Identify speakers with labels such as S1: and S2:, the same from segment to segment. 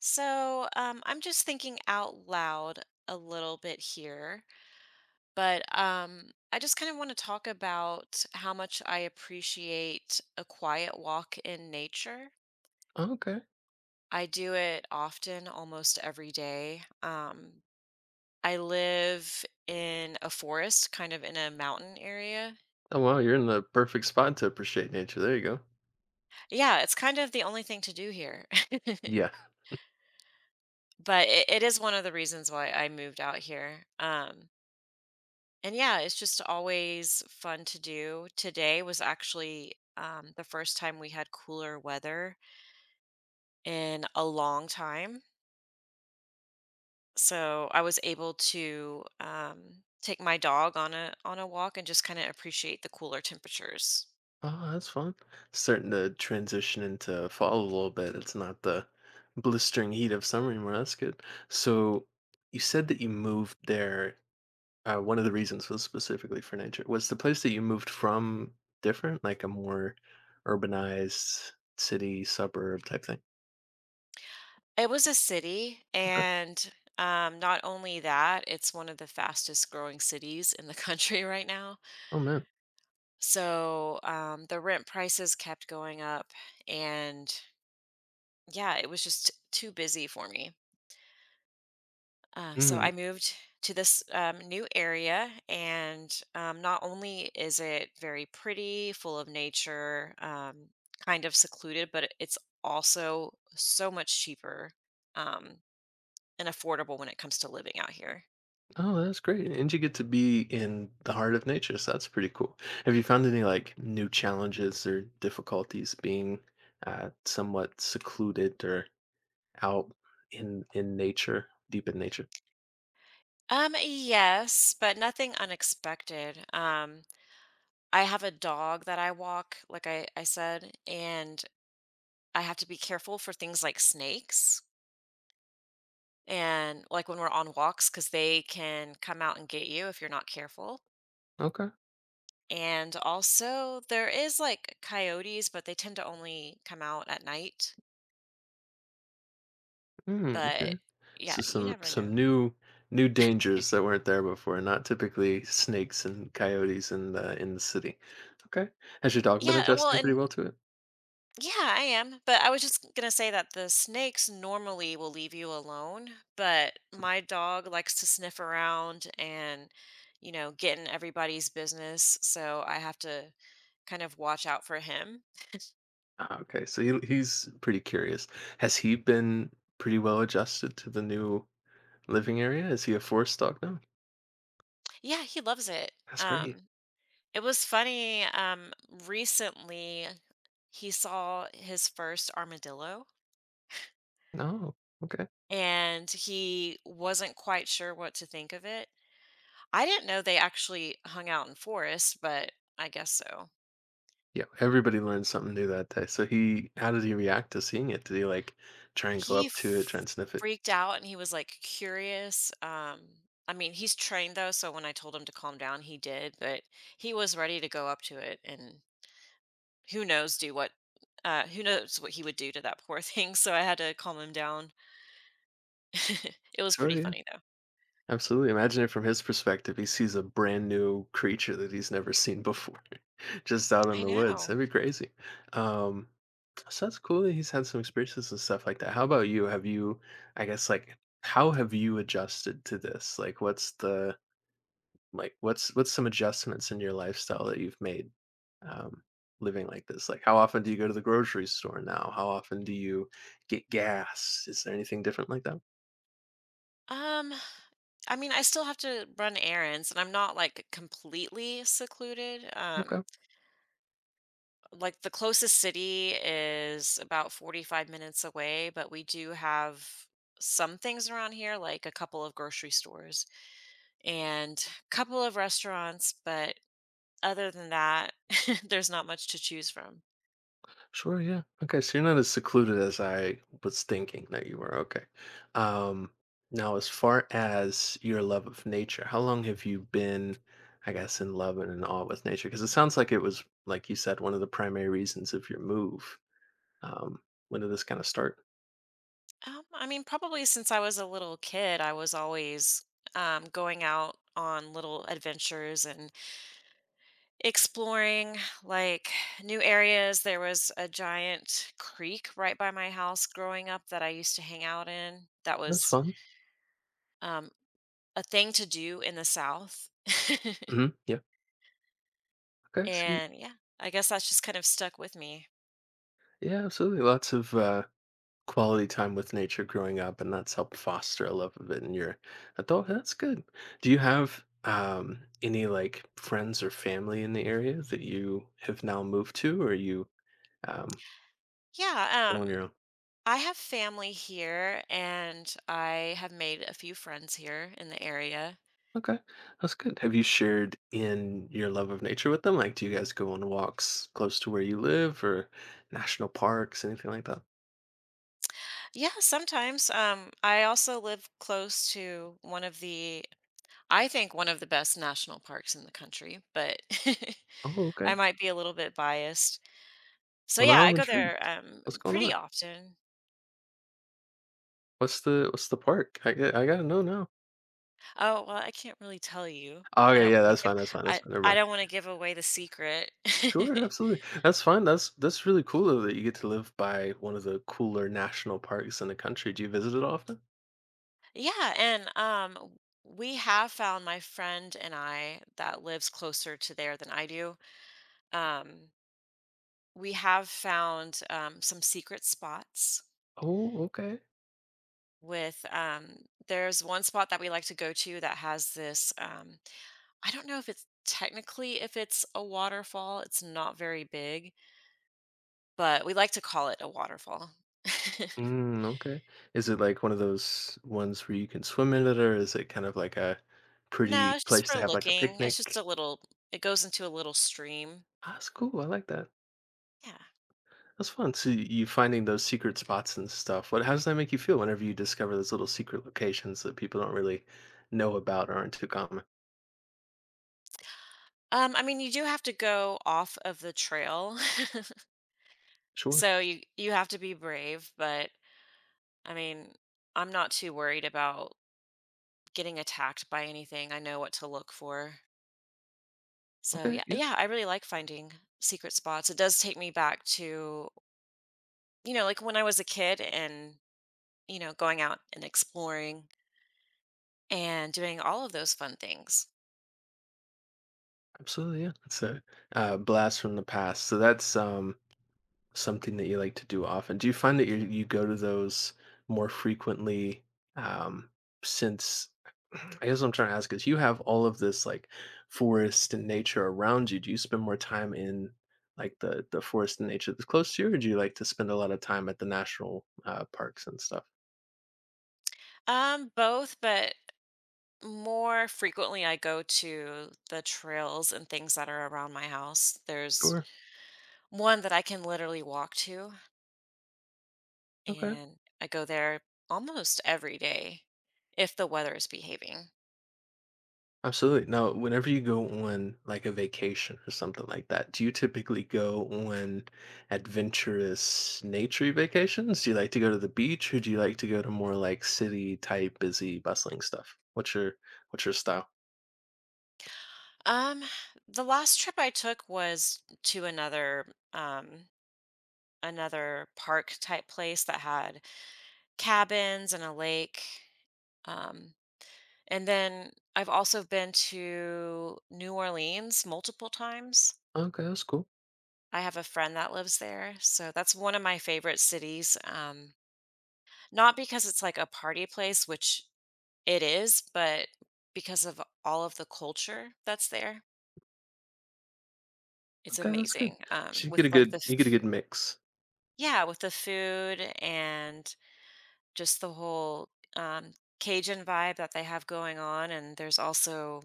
S1: I'm just thinking out loud a little bit here, but I just kind of want to talk about how much I appreciate a quiet walk in nature.
S2: Oh, okay.
S1: I do it often, almost every day. I live in a forest, kind of in a mountain area.
S2: Oh wow, you're in the perfect spot to appreciate nature. There you go.
S1: Yeah, it's kind of the only thing to do here,
S2: Yeah.
S1: but it is one of the reasons why I moved out here. And yeah, it's just always fun to do. Today was actually the first time we had cooler weather in a long time. So I was able to take my dog on a walk and just kind of appreciate the cooler temperatures.
S2: Oh, that's fun. Starting to transition into fall a little bit. It's not the blistering heat of summer anymore. That's good. So you said that you moved there. One of the reasons was specifically for nature. Was the place that you moved from different, like a more urbanized city, suburb type thing?
S1: It was a city,
S2: Okay.
S1: and not only that, it's one of the fastest growing cities in the country right now.
S2: Oh man.
S1: So the rent prices kept going up, and yeah, it was just too busy for me. So I moved to this new area, and not only is it very pretty, full of nature, kind of secluded, but it's also so much cheaper um, and affordable when it comes to living out here.
S2: Oh, that's great. And you get to be in the heart of nature, so that's pretty cool. Have you found any like new challenges or difficulties being somewhat secluded or out in nature, deep in nature?
S1: Yes, but nothing unexpected. I have a dog that I walk, like I said, and I have to be careful for things like snakes and like when we're on walks because they can come out and get you if you're not careful,
S2: Okay.
S1: and also there is like coyotes, but they tend to only come out at night.
S2: Mm, okay.
S1: But yeah,
S2: So
S1: you
S2: some
S1: never know.
S2: some new dangers that weren't there before, not typically snakes and coyotes in the city. Okay. Has your dog been
S1: Yeah. uh, well
S2: adjusting pretty
S1: and
S2: well to it?
S1: yeah, I am, but I was just gonna say that the snakes normally will leave you alone, but my dog likes to sniff around and get in everybody's business, so I have to kind of watch out for him.
S2: Ah, okay, so he's pretty curious. Has he been pretty well adjusted to the new living area? Is he a forest dog now?
S1: Yeah, he loves it.
S2: That's great.
S1: um It was funny, recently, he saw his first armadillo,
S2: No. Okay.
S1: and he wasn't quite sure what to think of it. I didn't know they actually hung out in forests, but I guess so.
S2: Yeah, everybody learns something new that day. So he how did he react to seeing it? Did he, like, try and go
S1: He
S2: up to it, try
S1: f-
S2: and sniff it?
S1: freaked out, and he was, like, curious. I mean, he's trained, though, so when I told him to calm down, he did, but he was ready to go up to it, and who knows do what who knows what he would do to that poor thing, so I had to calm him down. It was
S2: Sure,
S1: pretty
S2: yeah.
S1: funny though.
S2: Absolutely, imagine it from his perspective, he sees a brand new creature that he's never seen before, just out in
S1: I
S2: the woods,
S1: know.
S2: that'd be crazy. Um, so that's cool that he's had some experiences and stuff like that. How about you? Have you I guess, like, how have you adjusted to this? Like, what's the like, what's some adjustments in your lifestyle that you've made, um, living like this? Like, how often do you go to the grocery store now? How often do you get gas? Is there anything different like that?
S1: Um, I mean, I still have to run errands, and I'm not like completely secluded.
S2: Okay,
S1: Like the closest city is about 45 minutes away, but we do have some things around here, like a couple of grocery stores and a couple of restaurants, but other than that, there's not much to choose from.
S2: sure, yeah. Okay, so you're not as secluded as I was thinking that you were. Okay. Um, Now, as far as your love of nature, how long have you been, I guess, in love and in awe with nature? Because it sounds like it was, like you said, one of the primary reasons of your move. Um, when did this kind of start?
S1: I mean, probably since I was a little kid, I was always going out on little adventures and exploring like new areas. There was a giant creek right by my house growing up that I used to hang out in. That
S2: That's
S1: was
S2: fun.
S1: um, a thing to do in the South.
S2: Hmm. Yeah. Okay.
S1: And yeah, I guess that's just kind of stuck with me.
S2: Yeah, absolutely. Lots of quality time with nature growing up, and that's helped foster a love of it in your adult. That's good. Do you have any like friends or family in the area that you have now moved to, or you um,
S1: Yeah,
S2: are on your own?
S1: I have family here and I have made a few friends here in the area.
S2: Okay, that's good. Have you shared in your love of nature with them? Like, do you guys go on walks close to where you live, or national parks, anything like that?
S1: Yeah, sometimes. I also live close to I think one of the best national parks in the country, but
S2: Oh,
S1: I
S2: okay.
S1: might be a little bit biased. So
S2: Well,
S1: yeah,
S2: now
S1: I
S2: I'm
S1: go there
S2: intrigued. What's going
S1: pretty
S2: on?
S1: often.
S2: What's the park? I get I g I gotta know now.
S1: Oh, well, I can't really tell you.
S2: Oh,
S1: I
S2: okay,
S1: don't
S2: yeah,
S1: want to
S2: that's
S1: give
S2: fine, that's fine, that's
S1: I
S2: fine, never
S1: I
S2: mind.
S1: don't want to give away the secret.
S2: Sure, absolutely. That's fine, that's really cool though that you get to live by one of the cooler national parks in the country. Do you visit it often?
S1: Yeah, and we have found, my friend and I that lives closer to there than I do. Um, we have found some secret spots
S2: Oh, okay.
S1: with there's one spot that we like to go to that has this I don't know if it's technically, if it's a waterfall, it's not very big, but we like to call it a waterfall.
S2: Mm, okay. Is it like one of those ones where you can swim in it, or is it kind of like a pretty
S1: No, it's just
S2: place to
S1: for
S2: have like a
S1: looking. It's just a
S2: picnic?
S1: little, it goes into a little stream.
S2: Ah, that's cool, I like that.
S1: Yeah.
S2: That's fun. You finding those secret spots and stuff. What how does that make you feel whenever you discover those little secret locations that people don't really know about or aren't too common?
S1: I mean, you do have to go off of the trail.
S2: Sure.
S1: So you have to be brave, but I mean, I'm not too worried about getting attacked by anything. I know what to look for. So
S2: Okay.
S1: yeah,
S2: Yeah.
S1: yeah, I really like finding secret spots. It does take me back to, like when I was a kid and, going out and exploring and doing all of those fun things.
S2: Absolutely. Yeah. It's a blast from the past. So that's something that you like to do often. Do you find that you go to those more frequently, um, since I guess what I'm trying to ask is you have all of this, like, forest and nature around you. Do you spend more time in, like, the forest and nature that's close to you, or do you like to spend a lot of time at the national, parks and stuff?
S1: Both, but more frequently I go to the trails and things that are around my house. There's
S2: Sure.
S1: one that I can literally walk to
S2: Okay.
S1: and I go there almost every day if the weather is behaving.
S2: Absolutely. Now, whenever you go on like a vacation or something like that, do you typically go on adventurous nature vacations? Do you like to go to the beach or do you like to go to more like city type busy bustling stuff? What's your style?
S1: Um, the last trip I took was to another um another park type place that had cabins and a lake. Um, and then I've also been to New Orleans multiple times.
S2: Okay, that's cool.
S1: I have a friend that lives there, so that's one of my favorite cities. Not because it's like a party place, which it is, but because of all of the culture that's there. It's
S2: Okay, that's good.
S1: amazing.
S2: So you get a
S1: With like
S2: good
S1: the
S2: mix.
S1: Yeah, with the food and just the whole um, Cajun vibe that they have going on. And there's also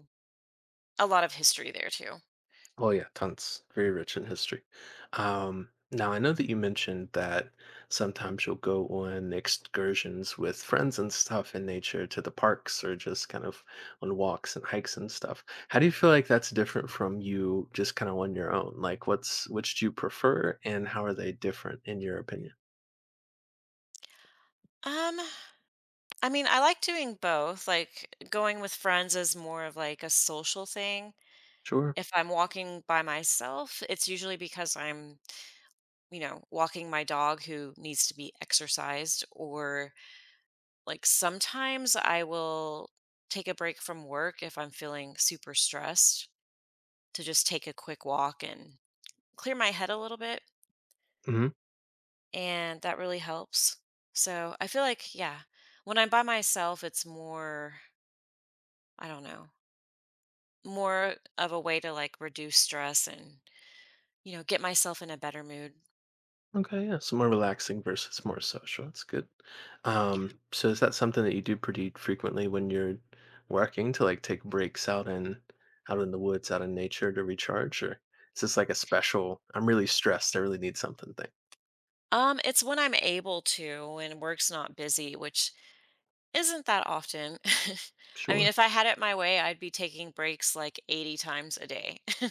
S1: a lot of history there too.
S2: Oh yeah, tons. Very rich in history. Now I know that you mentioned that sometimes you'll go on excursions with friends and stuff in nature to the parks or just kind of on walks and hikes and stuff. How do you feel like that's different from you just kind of on your own? Like what's which do you prefer and how are they different in your opinion?
S1: Um, I mean, I like doing both. Like going with friends is more of like a social thing.
S2: Sure.
S1: If I'm walking by myself, it's usually because I'm walking my dog who needs to be exercised, or like sometimes I will take a break from work if I'm feeling super stressed to just take a quick walk and clear my head a little bit.
S2: Mhm.
S1: And that really helps. So I feel like, yeah, when I'm by myself, it's more, I don't know, more of a way to like reduce stress and, get myself in a better mood.
S2: Okay, yeah, so more relaxing versus more social. That's good.
S1: Yeah.
S2: So is that something that you do pretty frequently when you're working to like take breaks out in the woods, out in nature to recharge, or is this like a special? I'm really stressed. I really need something thing.
S1: It's when I'm able to and work's not busy, which isn't that often. I mean,
S2: Sure.
S1: if I had it my way, I'd be taking breaks like 80 times a day.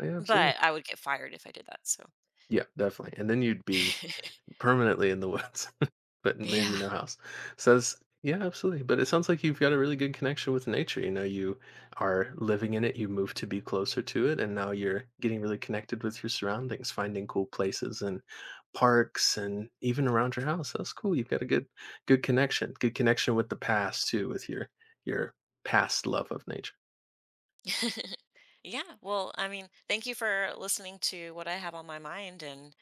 S2: Oh, yeah, absolutely.
S1: But I would get fired if I did that, so.
S2: Yeah, definitely. And then you'd be permanently in the woods, but maybe
S1: Yeah.
S2: no house. Says, yeah, absolutely. But it sounds like you've got a really good connection with nature. You know, you are living in it, you move to be closer to it, and now you're getting really connected with your surroundings, finding cool places and parks and even around your house. That's cool. You've got a good connection. Good connection with the past too, with your your past love of nature.
S1: Yeah, well, I mean, thank you for listening to what I have on my mind, and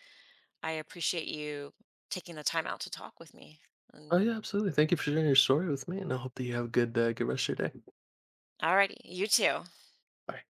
S1: I appreciate you taking the time out to talk with me,
S2: Oh
S1: and
S2: yeah, absolutely. Thank you for sharing your story with me, and I hope that you have a good good rest of your day.
S1: alrighty, you too.
S2: Bye.